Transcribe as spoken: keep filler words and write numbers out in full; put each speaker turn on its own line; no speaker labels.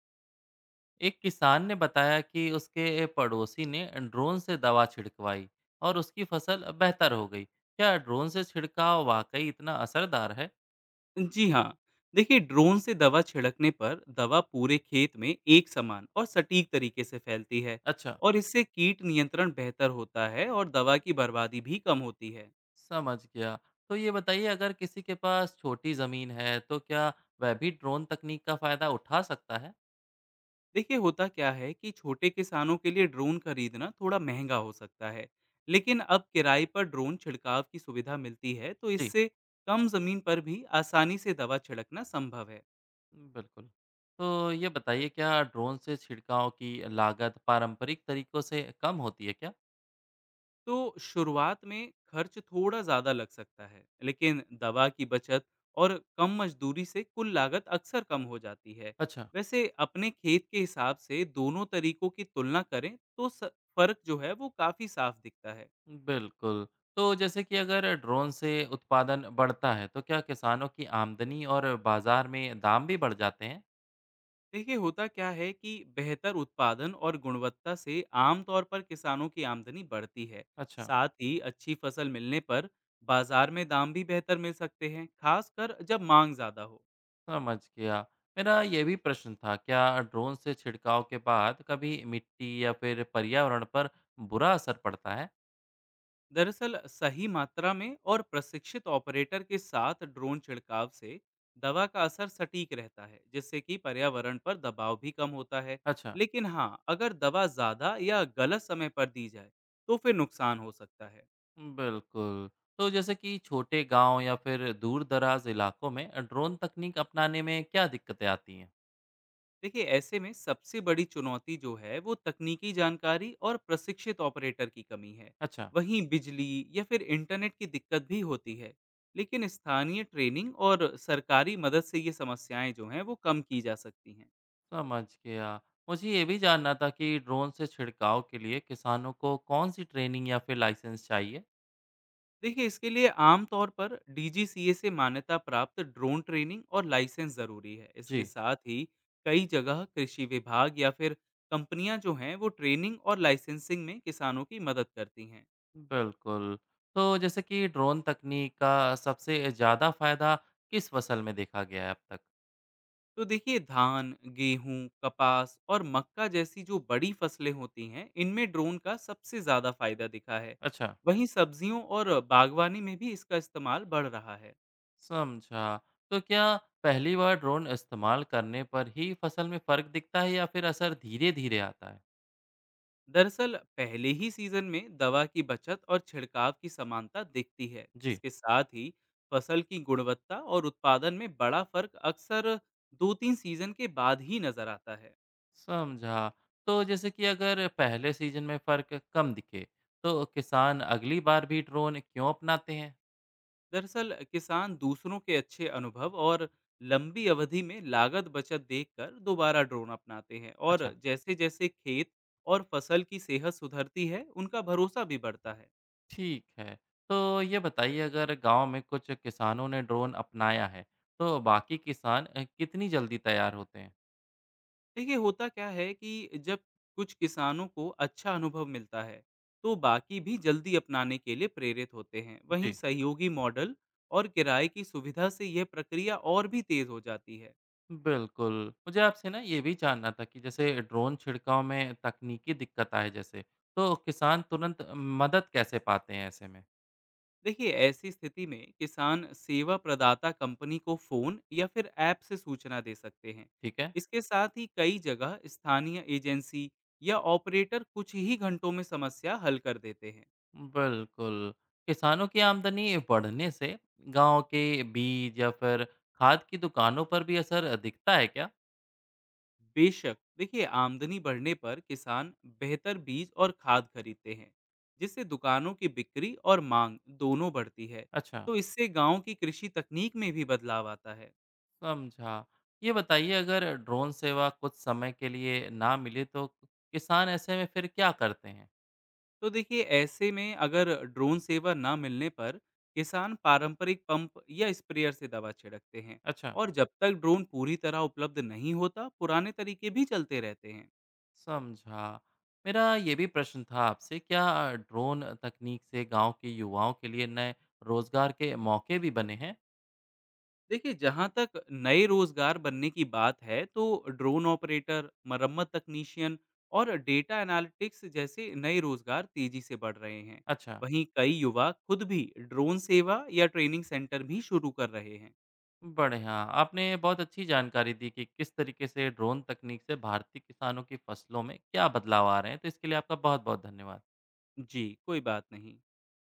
एक किसान ने बताया कि उसके पड़ोसी ने ड्रोन से दवा छिड़कवाई और उसकी फसल बेहतर हो गई। क्या ड्रोन से छिड़काव वाकई इतना असरदार है?
जी हाँ, देखिए ड्रोन से दवा छिड़कने पर दवा पूरे खेत में एक समान और सटीक तरीके से फैलती है
अच्छा।
और इससे कीट नियंत्रण बेहतर होता है और दवा की बर्बादी भी कम होती है।
समझ गया। तो ये बताइए, अगर किसी के पास छोटी ज़मीन है तो क्या वह भी ड्रोन तकनीक का फ़ायदा उठा सकता है?
देखिए होता क्या है कि छोटे किसानों के लिए ड्रोन खरीदना थोड़ा महंगा हो सकता है, लेकिन अब किराए पर ड्रोन छिड़काव की सुविधा मिलती है तो
जी,
इससे कम जमीन पर भी आसानी से दवा छिड़कना संभव है।
बिल्कुल। तो ये बताइए, क्या ड्रोन से छिड़काव की लागत पारंपरिक तरीकों से कम होती है क्या?
तो शुरुआत में खर्च थोड़ा ज़्यादा लग सकता है, लेकिन दवा की बचत और कम मजदूरी से कुल लागत अक्सर कम हो जाती है।
अच्छा।
वैसे अपने खेत के हिसाब से दोनों तरीकों की तुलना करें तो स- फर्क जो है वो काफ़ी साफ दिखता है।
बिल्कुल। तो जैसे कि अगर ड्रोन से उत्पादन बढ़ता है, तो क्या किसानों की आमदनी और बाज़ार में दाम भी बढ़ जाते हैं?
देखिए होता क्या है कि बेहतर उत्पादन और गुणवत्ता से आमतौर पर किसानों की आमदनी बढ़ती है।
अच्छा।
साथ ही अच्छी फसल मिलने पर बाजार में दाम भी बेहतर मिल सकते हैं, खासकर जब मांग ज़्यादा हो।
समझ गया। मेरा ये भी प्रश्न था, क्या ड्रोन से छिड़काव के बाद कभी मिट्टी या फिर पर्यावरण पर बुरा असर पड़ता है?
दरअसल सही मात्रा में और प्रशिक्षित ऑपरेटर के साथ ड्रोन छिड़काव से दवा का असर सटीक रहता है, जिससे कि पर्यावरण पर दबाव भी कम होता है।
अच्छा।
लेकिन हाँ, अगर दवा ज़्यादा या गलत समय पर दी जाए तो फिर नुकसान हो सकता है।
बिल्कुल। तो जैसे कि छोटे गांव या फिर दूर-दराज इलाकों में ड्रोन तकनीक अपनाने में क्या दिक्कतें आती हैं?
देखिए ऐसे में सबसे बड़ी चुनौती जो है वो तकनीकी जानकारी और प्रशिक्षित ऑपरेटर की कमी है।
अच्छा।
वहीं बिजली या फिर इंटरनेट की दिक्कत भी होती है, लेकिन स्थानीय ट्रेनिंग और सरकारी मदद से ये समस्याएं जो हैं वो कम की जा सकती हैं।
समझ गया। मुझे ये भी जानना था कि ड्रोन से छिड़काव के लिए किसानों को कौन सी ट्रेनिंग या फिर लाइसेंस चाहिए?
देखिए इसके लिए आम तौर पर डी जी सी ए से मान्यता प्राप्त ड्रोन ट्रेनिंग और लाइसेंस जरूरी है। इसके
जी।
साथ ही कई जगह कृषि विभाग या फिर कंपनियां जो हैं वो ट्रेनिंग और लाइसेंसिंग में किसानों की मदद करती हैं।
बिल्कुल। तो जैसे कि ड्रोन तकनीक का सबसे ज़्यादा फ़ायदा किस फसल में देखा गया है अब तक?
तो देखिए धान, गेहूं, कपास और मक्का जैसी जो बड़ी फसलें होती हैं इनमें ड्रोन का सबसे ज़्यादा फायदा दिखा है।
अच्छा।
वहीं सब्जियों और बागवानी में भी इसका इस्तेमाल बढ़ रहा है।
समझा। तो क्या पहली बार ड्रोन इस्तेमाल करने पर ही फसल में फ़र्क दिखता है या फिर असर धीरे-धीरे आता है?
दरअसल पहले ही सीजन में दवा की बचत और छिड़काव की समानता दिखती है।
जी।
इसके साथ ही फसल की गुणवत्ता और उत्पादन में बड़ा फर्क अक्सर दो तीन सीजन के बाद ही नजर आता है।
समझा। तो जैसे कि अगर पहले सीज़न में फ़र्क कम दिखे, तो किसान अगली बार भी ड्रोन क्यों अपनाते हैं?
दरअसल किसान दूसरों के अच्छे अनुभव और लंबी अवधि में लागत बचत देखकर दोबारा ड्रोन अपनाते हैं और
अच्छा।
जैसे जैसे खेत और फसल की सेहत सुधरती है उनका भरोसा भी बढ़ता है।
ठीक है। तो ये बताइए, अगर गांव में कुछ किसानों ने ड्रोन अपनाया है, तो बाकी किसान अ, कितनी जल्दी तैयार होते हैं?
देखिए होता क्या है कि जब कुछ किसानों को अच्छा अनुभव मिलता है तो बाकी भी जल्दी अपनाने के लिए प्रेरित होते हैं। वहीं
जी।
सहयोगी मॉडल और किराए की सुविधा से यह प्रक्रिया और भी तेज हो जाती है।
बिल्कुल। मुझे आपसे ना ये भी जानना था कि जैसे ड्रोन छिड़काव में तकनीकी दिक्कत आए जैसे, तो किसान तुरंत मदद कैसे पाते हैं ऐसे में?
देखिए ऐसी स्थिति में किसान सेवा प्रदाता कंपनी को फोन या फिर ऐप से सूचना दे सकते हैं।
ठीक है।
इसके साथ ही कई जगह स्थानीय एजेंसी या ऑपरेटर कुछ ही घंटों में समस्या हल कर देते हैं।
बिल्कुल। किसानों की आमदनी बढ़ने से गाँव के बीज या फिर खाद की दुकानों पर भी असर दिखता है क्या?
बेशक, देखिए आमदनी बढ़ने पर किसान बेहतर बीज और खाद खरीदते हैं, जिससे दुकानों की बिक्री और मांग दोनों बढ़ती है।
अच्छा।
तो इससे गांव की कृषि तकनीक में भी बदलाव आता है।
समझा। ये बताइए, अगर ड्रोन सेवा कुछ समय के लिए ना मिले तो किसान ऐसे में फिर क्या करते हैं?
तो देखिए ऐसे में अगर ड्रोन सेवा ना मिलने पर किसान पारंपरिक पंप या स्प्रेयर से दवा छिड़कते हैं।
अच्छा।
और जब तक ड्रोन पूरी तरह उपलब्ध नहीं होता पुराने तरीके भी चलते रहते हैं।
समझा। मेरा ये भी प्रश्न था आपसे, क्या ड्रोन तकनीक से गांव के युवाओं के लिए नए रोजगार के मौके भी बने हैं?
देखिए जहाँ तक नए रोजगार बनने की बात है तो ड्रोन ऑपरेटर, मरम्मत तकनीशियन और डेटा एनालिटिक्स जैसे नए रोजगार तेजी से बढ़ रहे हैं।
अच्छा।
वहीं कई युवा खुद भी ड्रोन सेवा या ट्रेनिंग सेंटर भी शुरू कर रहे हैं।
बढ़िया। आपने बहुत अच्छी जानकारी दी कि किस तरीके से ड्रोन तकनीक से भारतीय किसानों की फसलों में क्या बदलाव आ रहे हैं, तो इसके लिए आपका बहुत बहुत धन्यवाद।
जी, कोई बात नहीं।